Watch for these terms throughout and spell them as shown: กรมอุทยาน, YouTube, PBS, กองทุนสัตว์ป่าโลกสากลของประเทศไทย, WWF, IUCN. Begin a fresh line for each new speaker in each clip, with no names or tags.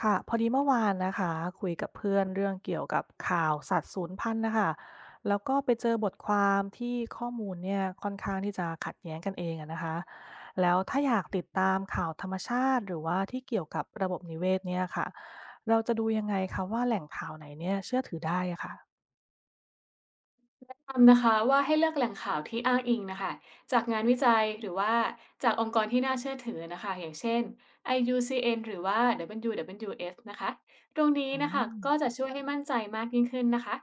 ค่ะพอดีเมื่อวานนะคะคุยกับเพื่อนเรื่องเกี่ยวกับข่าวสัตว์สูญพันธุ์นะคะแล้วก็ไปเจอบทความที่ข้อมูลเนี่ยค่อนข้างที่จะขัดแย้งกันเองอะนะคะแล้วถ้าอยากติดตามข่าวธรรมชาติหรือว่าที่เกี่ยวกับระบบนิเวศเนี่ยค่ะเราจะดูยังไงคะว่าแหล่งข่าวไหนเนี่ยเชื่อถือได้อะค่ะ
คำนะคะว่าให้เลือกแหล่งข่าวที่อ้างอิงนะคะจากงานวิจัยหรือว่าจากองค์กรที่น่าเชื่อถือนะคะอย่างเช่น IUCN หรือว่า WWF นะคะตรงนี้
อื
นะคะ
ม
ก็จะช่วยให้มั่นใจมากยิ่งขึ้นนะคะ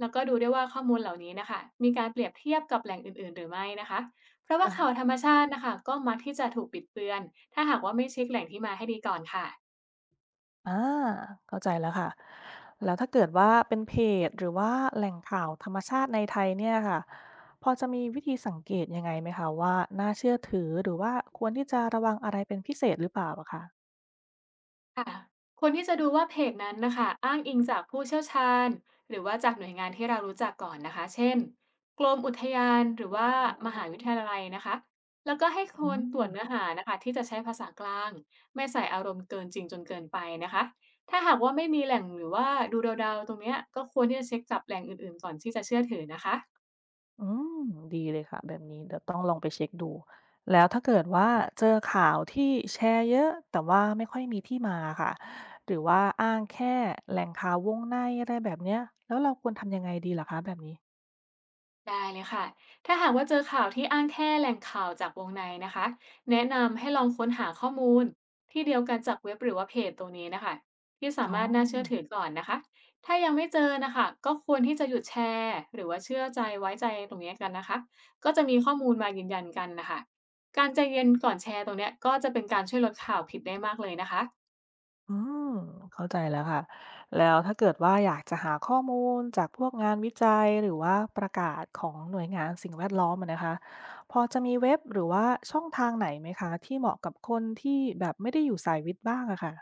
แล้วก็ดูได้วยว่าข้อมูลเหล่านี้นะคะมีการเปรียบเทียบกับแหล่งอื่นๆหรือไม่นะคะเพราะว่าข่าว
ค่ะ
ธรรมชาตินะคะก็มักที่จะถูกปิดเบือนถ้าหากว่าไม่เช็คแหล่งที่มาให้ดีก่อนค่ะ
อ่าเข้าใจแล้วค่ะแล้วถ้าเกิดว่าเป็นเพจหรือว่าแหล่งข่าวธรรมชาติในไทยเนี่ยค่ะพอจะมีวิธีสังเกตยังไงไหมคะว่าน่าเชื่อถือหรือว่าควรที่จะระวังอะไรเป็นพิเศษหรือเปล่าอะค่ะ
ค่ะควที่จะดูว่าเพจนั้นนะคะอ้างอิงจากผู้เชี่ยวชาญหรือว่าจากหน่วยงานที่เรารู้จักก่อนนะคะเช่นกรมอุทยานหรือว่ามหาวิทยาลัยนะคะแล้วก็ให้ค
อื
วรตรวจเนื้อ
ม
หานะคะที่จะใช้ภาษากลางไม่ใส่อารมณ์เกินจริงจนเกินไปนะคะถ้าหากว่าไม่มีแหล่งหรือว่าดูเดาๆตรงเนี้ยก็ควรที่จะเช็คจับแหล่งอื่นๆก่อนที่จะเชื่อถือนะคะ
อืมดีเลยค่ะแบบนี้เดี๋ยวต้องลองไปเช็กดูแล้วถ้าเกิดว่าเจอข่าวที่แชร์เยอะแต่ว่าไม่ค่อยมีที่มาค่ะหรือว่าอ้างแค่แหล่งข่าววงในอะไรแบบเนี้ยแล้วเราควรทำยังไงดีล่ะคะแบบนี้
ได้เลยค่ะถ้าหากว่าเจอข่าวที่อ้างแค่แหล่งข่าวจากวงในนะคะแนะนำให้ลองค้นหาข้อมูลที่เดียวกันจากเว็บหรือว่าเพจตรงนี้นะคะที่สา
อ๋อ
มารถน่าเชื่อถือก่อนนะคะถ้ายังไม่เจอนะคะก็ควรที่จะหยุดแชร์หรือว่าเชื่อใจไว้ใจตรงนี้กันนะคะก็จะมีข้อมูลมายืนยันกันนะคะการใจเย็นก่อนแชร์ตรงเนี้ยก็จะเป็นการช่วยลดข่าวผิดได้มากเลยนะคะ
อืมเข้าใจแล้วค่ะ แล้วถ้าเกิดว่าอยากจะหาข้อมูลจากพวกงานวิจัยหรือว่าประกาศของหน่วยงานสิ่งแวดล้อมอะนะคะพอจะมีเว็บหรือว่าช่องทางไหนไหมคะที่เหมาะกับคนที่แบบไม่ได้อยู่สายวิทย์บ้างอะค่ะ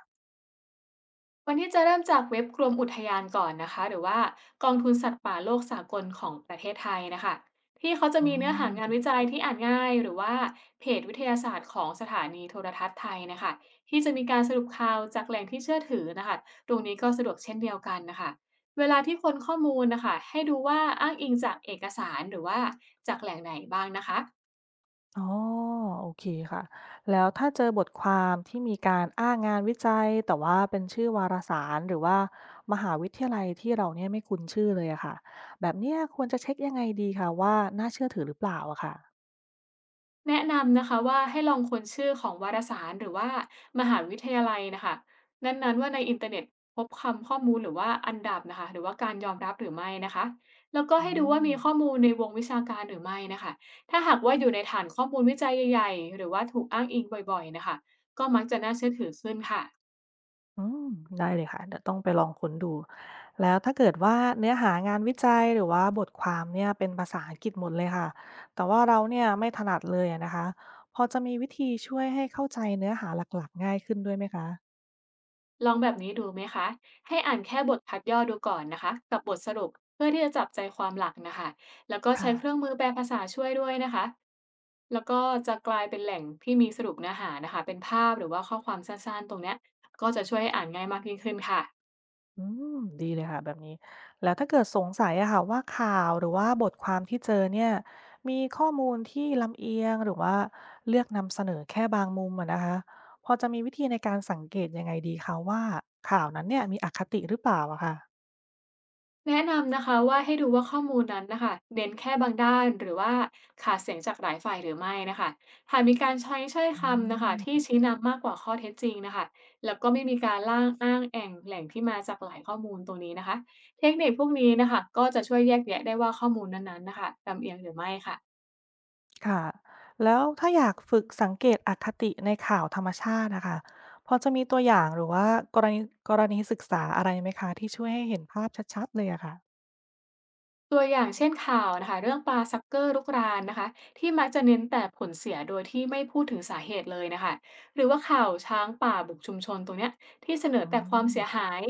วันที่จะเริ่มจากเว็บกรมอุทยานก่อนนะคะหรือว่ากองทุนสัตว์ป่าโลกสากลของประเทศไทยนะคะที่เขาจะ
อื
มีเนื้อหางาน
ม
วิจัยที่อ่านง่ายหรือว่าเพจวิทยาศาสตร์ของสถานีโทรทัศน์ไทยนะคะที่จะมีการสรุปข่าวจากแหล่งที่เชื่อถือนะคะตรงนี้ก็สะดวกเช่นเดียวกันนะคะเวลาที่คนข้อมูลนะคะให้ดูว่าอ้างอิงจากเอกสารหรือว่าจากแหล่งไหนบ้างนะคะ
อ๋อโอเคค่ะแล้วถ้าเจอบทความที่มีการอ้างงานวิจัยแต่ว่าเป็นชื่อวารสารหรือว่ามหาวิทยาลัยที่เราเนี่ยไม่คุ้นชื่อเลยอะค่ะแบบเนี้ยควรจะเช็คยังไงดีคะว่าน่าเชื่อถือหรือเปล่าอะค่ะ
แนะนำนะคะว่าให้ลองค้นชื่อของวารสารหรือว่ามหาวิทยาลัยนะคะนั้นๆว่าในอินเทอร์เน็ตพบคำข้อมูลหรือว่าอันดับนะคะหรือว่าการยอมรับหรือไม่นะคะแล้วก็
อื
ให้ดู
ม
ว่ามีข้อมูลในวงวิชาการหรือไม่นะคะถ้าหากว่าอยู่ในฐานข้อมูลวิจัยใหญ่ๆหรือว่าถูกอ้างอิงบ่อยๆนะคะก็มักจะน่าเชื่อถือขึ้นค่ะ
อืมได้เลยค่ะเดี๋ยวต้องไปลองค้นดู แล้วถ้าเกิดว่าเนื้อหางานวิจัยหรือว่าบทความเนี่ยเป็นภาษาอังกฤษหมดเลยค่ะ แต่ว่าเราเนี่ยไม่ถนัดเลยอะนะคะ พอจะมีวิธีช่วยให้เข้าใจเนื้อหาหลักๆง่ายขึ้นด้วยไหมคะ
ลองแบบนี้ดูไหมคะ ให้อ่านแค่บทพัดย่อดูก่อนนะคะกับบทสรุปเพื่อที่จะจับใจความหลักนะคะ แล้วก็ใช้
ค่ะ
เครื่องมือแปลภาษาช่วยด้วยนะคะ แล้วก็จะกลายเป็นแหล่งที่มีสรุปเนื้อหานะคะเป็นภาพหรือว่าข้อความสั้นๆตรงเนี้ยก็จะช่วยให้อ่านง่ายมากยิ่งขึ้นค่ะ
อืมดีเลยค่ะแบบนี้แล้วถ้าเกิดสงสัยอะค่ะว่าข่าวหรือว่าบทความที่เจอเนี่ยมีข้อมูลที่ลำเอียงหรือว่าเลือกนำเสนอแค่บางมุมอะนะคะพอจะมีวิธีในการสังเกตยังไงดีคะว่าข่าวนั้นเนี่ยมีอคติหรือเปล่าอะค่ะ
แนะนำนะคะว่าให้ดูว่าข้อมูลนั้นนะคะเน้นแค่บางด้านหรือว่าขาดเสียงจากหลายฝ่ายหรือไม่นะคะหากมีการใช้ช้อย
อื
คำนะคะที่
ม
ชี้นำมากกว่าข้อเท็จจริงนะคะแล้วก็ไม่มีการล่างอ้างแอ่งแหล่งที่มาจากหลายข้อมูลตรงนี้นะคะเทคนิคพวกนี้นะคะก็จะช่วยแยกแยะได้ว่าข้อมูลนั้นๆนะคะลำเอียงหรือไม่ค่ะ
ค่ะแล้วถ้าอยากฝึกสังเกตอคติในข่าวธรรมชาตินะคะพอจะมีตัวอย่างหรือว่ากรณีกรณีศึกษาอะไรไหมคะที่ช่วยให้เห็นภาพชัดๆเลยอะค่ะ
ตัวอย่างเช่นข่าวนะคะเรื่องปลาซักเกอร์รุกรานนะคะที่มักจะเน้นแต่ผลเสียโดยที่ไม่พูดถึงสาเหตุเลยนะคะหรือว่าข่าวช้างป่าบุกชุมชนตรงเนี้ยที่เสนอ
อ๋
แต่ความเสีย
อ
หาย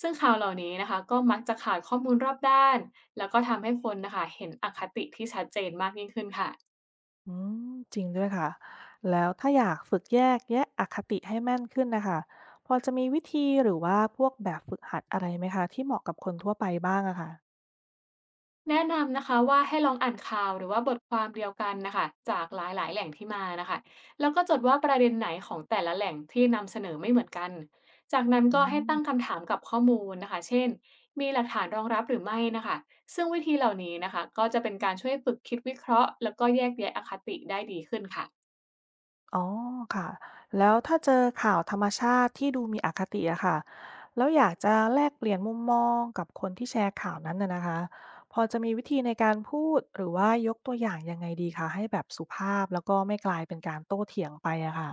ซึ่งข่าวเหล่านี้นะคะก็มักจะขาดข้อมูลรอบด้านแล้วก็ทำให้คนนะคะเห็นอคติที่ชัดเจนมากยิ่งขึ้นค่ะ
อืมจริงด้วยค่ะแล้วถ้าอยากฝึกแยกแยะอคติให้แม่นขึ้นนะคะพอจะมีวิธีหรือว่าพวกแบบฝึกหัดอะไรไหมคะที่เหมาะกับคนทั่วไปบ้างอะค่ะ
แนะนำนะคะว่าให้ลองอ่านข่าวหรือว่าบทความเดียวกันนะคะจากหลายๆแหล่งที่มานะคะแล้วก็จดว่าประเด็นไหนของแต่ละแหล่งที่นำเสนอไม่เหมือนกันจากนั้น
อื
ก็ให้ตั้
ม
งคำถามกับข้อมูลนะคะเช่นมีหลักฐานรองรับหรือไม่นะคะซึ่งวิธีเหล่านี้นะคะก็จะเป็นการช่วยฝึกคิดวิเคราะห์แล้วก็แยกแยะอคติได้ดีขึ้นค่ะ
อ๋อค่ะแล้วถ้าเจอข่าวธรรมชาติที่ดูมีอคติอะค่ะแล้วอยากจะแลกเปลี่ยนมุมมองกับคนที่แชร์ข่าวนั้นน่ะนะคะพอจะมีวิธีในการพูดหรือว่ายกตัวอย่างยังไงดีคะให้แบบสุภาพแล้วก็ไม่กลายเป็นการโต้เถียงไปอะค่ะ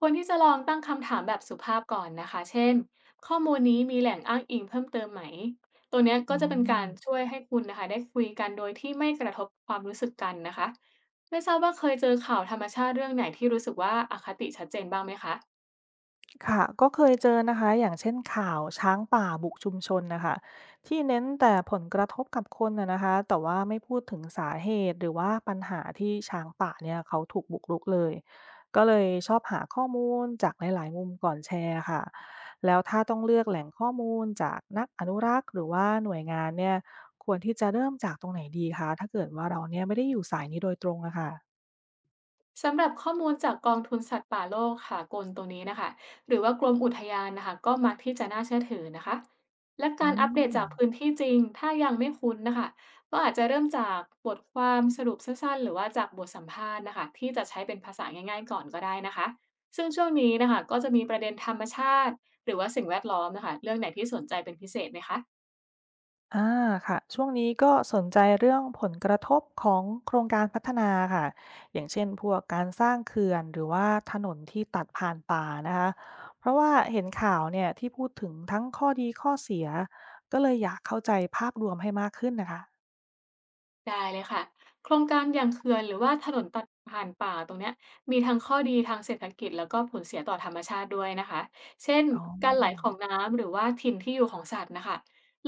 ควรที่จะลองตั้งคำถามแบบสุภาพก่อนนะคะเช่นข้อมูลนี้มีแหล่งอ้างอิงเพิ่มเติมไหมตัวเนี้ย
อื
ก็จะเป็นการช่
ม
วยให้คุณนะคะได้คุยกันโดยที่ไม่กระทบความรู้สึกกันนะคะไม่ทราบว่าเคยเจอข่าวธรรมชาติเรื่องไหนที่รู้สึกว่าอคติชัดเจนบ้างไหมคะ
ค่ะก็เคยเจอนะคะอย่างเช่นข่าวช้างป่าบุกชุมชนนะคะที่เน้นแต่ผลกระทบกับคนนะนะคะแต่ว่าไม่พูดถึงสาเหตุหรือว่าปัญหาที่ช้างป่าเนี่ยเขาถูกบุกรุกเลยก็เลยชอบหาข้อมูลจากหลายๆมุมก่อนแชร์ค่ะแล้วถ้าต้องเลือกแหล่งข้อมูลจากนักอนุรักษ์หรือว่าหน่วยงานเนี่ยควรที่จะเริ่มจากตรงไหนดีคะถ้าเกิดว่าเราเนี่ยไม่ได้อยู่สายนี้โดยตรงอะค่ะ
สำหรับข้อมูลจากกองทุนสัตว์ป่าโลกค่ะกลตัวนี้นะคะหรือว่ากรมอุทยานนะคะก็มักที่จะน่าเชื่อถือนะคะและ
อื
การอัป
ม
เดตจากพื้นที่จริงถ้ายังไม่คุ้นนะคะก็อาจจะเริ่มจากบทความสรุปสั้นๆหรือว่าจากบทสัมภาษณ์นะคะที่จะใช้เป็นภาษาง่ายๆก่อนก็ได้นะคะซึ่งช่วงนี้นะคะก็จะมีประเด็นธรรมชาติหรือว่าสิ่งแวดล้อมนะคะเรื่องไหนที่สนใจเป็นพิเศษไหมคะ
อาค่ะช่วงนี้ก็สนใจเรื่องผลกระทบของโครงการพัฒนาค่ะอย่างเช่นพวกการสร้างเขื่อนหรือว่าถนนที่ตัดผ่านป่านะคะเพราะว่าเห็นข่าวเนี่ยที่พูดถึงทั้งข้อดีข้อเสียก็เลยอยากเข้าใจภาพรวมให้มากขึ้นนะคะ
ได้เลยค่ะโครงการอย่างเขื่อนหรือว่าถนนตัดผ่านป่าตรงเนี้ยมีทั้งข้อดีทางเศรษฐกิจแล้วก็ผลเสียต่อธรรมชาติด้วยนะคะเช่น
อ๋
การไหล
อ
ของน้ำหรือว่าถิ่นที่อยู่ของสัตว์นะคะ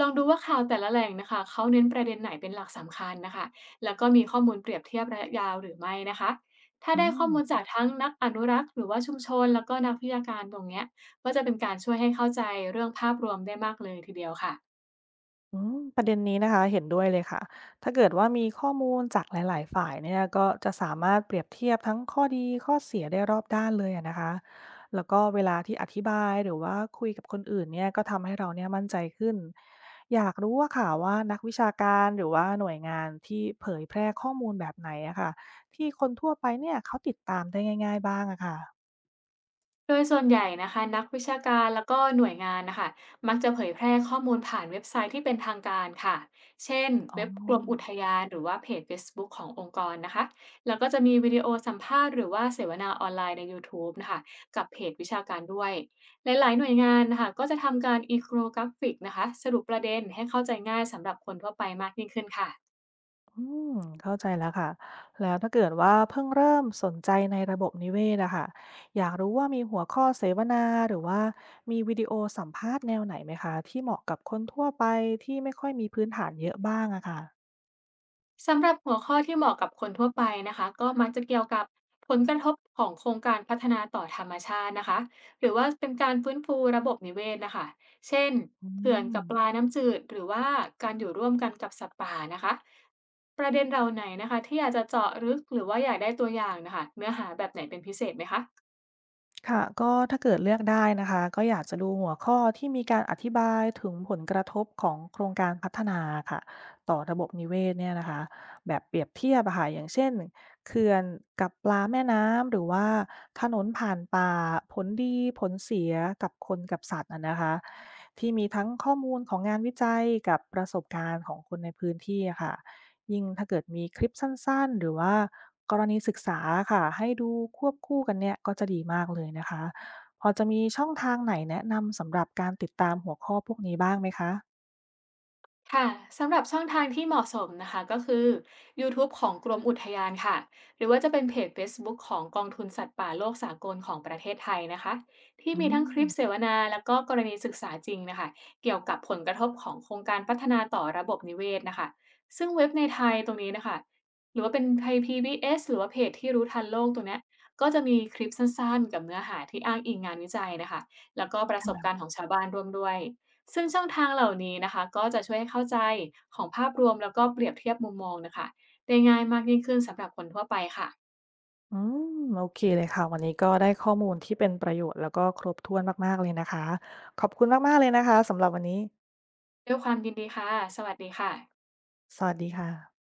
ลองดูว่าข่าวแต่ละแหล่งนะคะเขาเน้นประเด็นไหนเป็นหลักสำคัญนะคะแล้วก็มีข้อมูลเปรียบเทียบระยะยาวหรือไม่นะคะถ้า
อื
ได้ข้
ม
อมูลจากทั้งนักอนุรักษ์หรือว่าชุมชนแล้วก็นักวิชาการตรงเนี้ยก็จะเป็นการช่วยให้เข้าใจเรื่องภาพรวมได้มากเลยทีเดียวค่ะ
อืมประเด็นนี้นะคะเห็นด้วยเลยค่ะ ถ้าเกิดว่ามีข้อมูลจากหลายๆฝ่ายเนี่ยก็จะสามารถเปรียบเทียบทั้งข้อดีข้อเสียได้รอบด้านเลยอะนะคะแล้วก็เวลาที่อธิบายหรือว่าคุยกับคนอื่นเนี่ยก็ทำให้เราเนี่ยมั่นใจขึ้นอยากรู้ว่าค่ะว่านักวิชาการหรือว่าหน่วยงานที่เผยแพร่ข้อมูลแบบไหนอะค่ะที่คนทั่วไปเนี่ยเขาติดตามได้ง่ายๆบ้างอะค่ะ
โดยส่วนใหญ่นะคะนักวิชาการแล้วก็หน่วยงานนะคะมักจะเผยแพร่ข้อมูลผ่านเว็บไซต์ที่เป็นทางการค่ะเช่น
อ๋อ
เว็บกรมอุทยานหรือว่าเพจเฟซบุ๊กขององค์กรนะคะแล้วก็จะมีวิดีโอสัมภาษณ์หรือว่าเสวนาออนไลน์ใน YouTube นะคะกับเพจวิชาการด้วยหลายๆหน่วยงานนะคะก็จะทำการอีโครกราฟิกนะคะสรุปประเด็นให้เข้าใจง่ายสำหรับคนทั่วไปมากยิ่งขึ้นค่ะ
อืมเข้าใจแล้วค่ะ แล้วถ้าเกิดว่าเพิ่งเริ่มสนใจในระบบนิเวศอะค่ะอยากรู้ว่ามีหัวข้อเสวนาหรือว่ามีวิดีโอสัมภาษณ์แนวไหนไหมคะที่เหมาะกับคนทั่วไปที่ไม่ค่อยมีพื้นฐานเยอะบ้างอะค่ะ
สำหรับหัวข้อที่เหมาะกับคนทั่วไปนะคะก็มักจะเกี่ยวกับผลกระทบของโครงการพัฒนาต่อธรรมชาตินะคะหรือว่าเป็นการฟื้นฟูระบบนิเวศนะคะเช่น
อื
เขื่อน
ม
กับปลาน้ำจืดหรือว่าการอยู่ร่วมกันกับสัตว์ป่านะคะประเด็นเราไหนนะคะที่อยากจะเจาะลึกหรือว่าอยากได้ตัวอย่างนะคะเนื้อหาแบบไหนเป็นพิเศษไหมคะ
ค่ะก็ถ้าเกิดเลือกได้นะคะก็อยากจะดูหัวข้อที่มีการอธิบายถึงผลกระทบของโครงการพัฒนาค่ะต่อระบบนิเวศเนี่ยนะคะแบบเปรียบเทียบอะค่ะอย่างเช่นเขื่อนกับปลาแม่น้ำหรือว่าถนนผ่านป่าผลดีผลเสียกับคนกับสัตว์อะนะคะที่มีทั้งข้อมูลของงานวิจัยกับประสบการณ์ของคนในพื้นที่อะค่ะ ยิ่งถ้าเกิดมีคลิปสั้นๆหรือว่ากรณีศึกษาค่ะให้ดูควบคู่กันเนี่ยก็จะดีมากเลยนะคะพอจะมีช่องทางไหนแนะนำสำหรับการติดตามหัวข้อพวกนี้บ้างไหมคะ
ค่ะสำหรับช่องทางที่เหมาะสมนะคะก็คือ YouTube ของกรมอุทยานค่ะหรือว่าจะเป็นเพจ Facebook ของกองทุนสัตว์ป่าโลกสากลของประเทศไทยนะคะที่
อื
มีทั้งค
ม
ลิปเสวนาแล้วก็กรณีศึกษาจริงนะคะเกี่ยวกับผลกระทบของโครงการพัฒนาต่อระบบนิเวศนะคะซึ่งเว็บในไทยตรงนี้นะคะหรือว่าเป็นไทย PBS หรือว่าเพจที่รู้ทันโลกตรงเนี้ยก็จะมีคลิปสั้นๆกับเนื้อหาที่อ้างอิงงานวิจัยนะคะแล้วก็ประสบการณ์ของชาวบ้านร่วมด้วย ซึ่งช่องทางเหล่านี้นะคะก็จะช่วยให้เข้าใจของภาพรวมแล้วก็เปรียบเทียบมุมมองนะคะได้ง่ายมากยิ่งขึ้นสำหรับคนทั่วไปค่ะ
อืมโอเคเลยค่ะวันนี้ก็ได้ข้อมูลที่เป็นประโยชน์แล้วก็ครบถ้วนมากๆเลยนะคะขอบคุณมากๆเลยนะคะสำหรับวันนี้
ด้วยความยินดีค่ะ สวัสดีค่ะ
สวัสดีค่ะ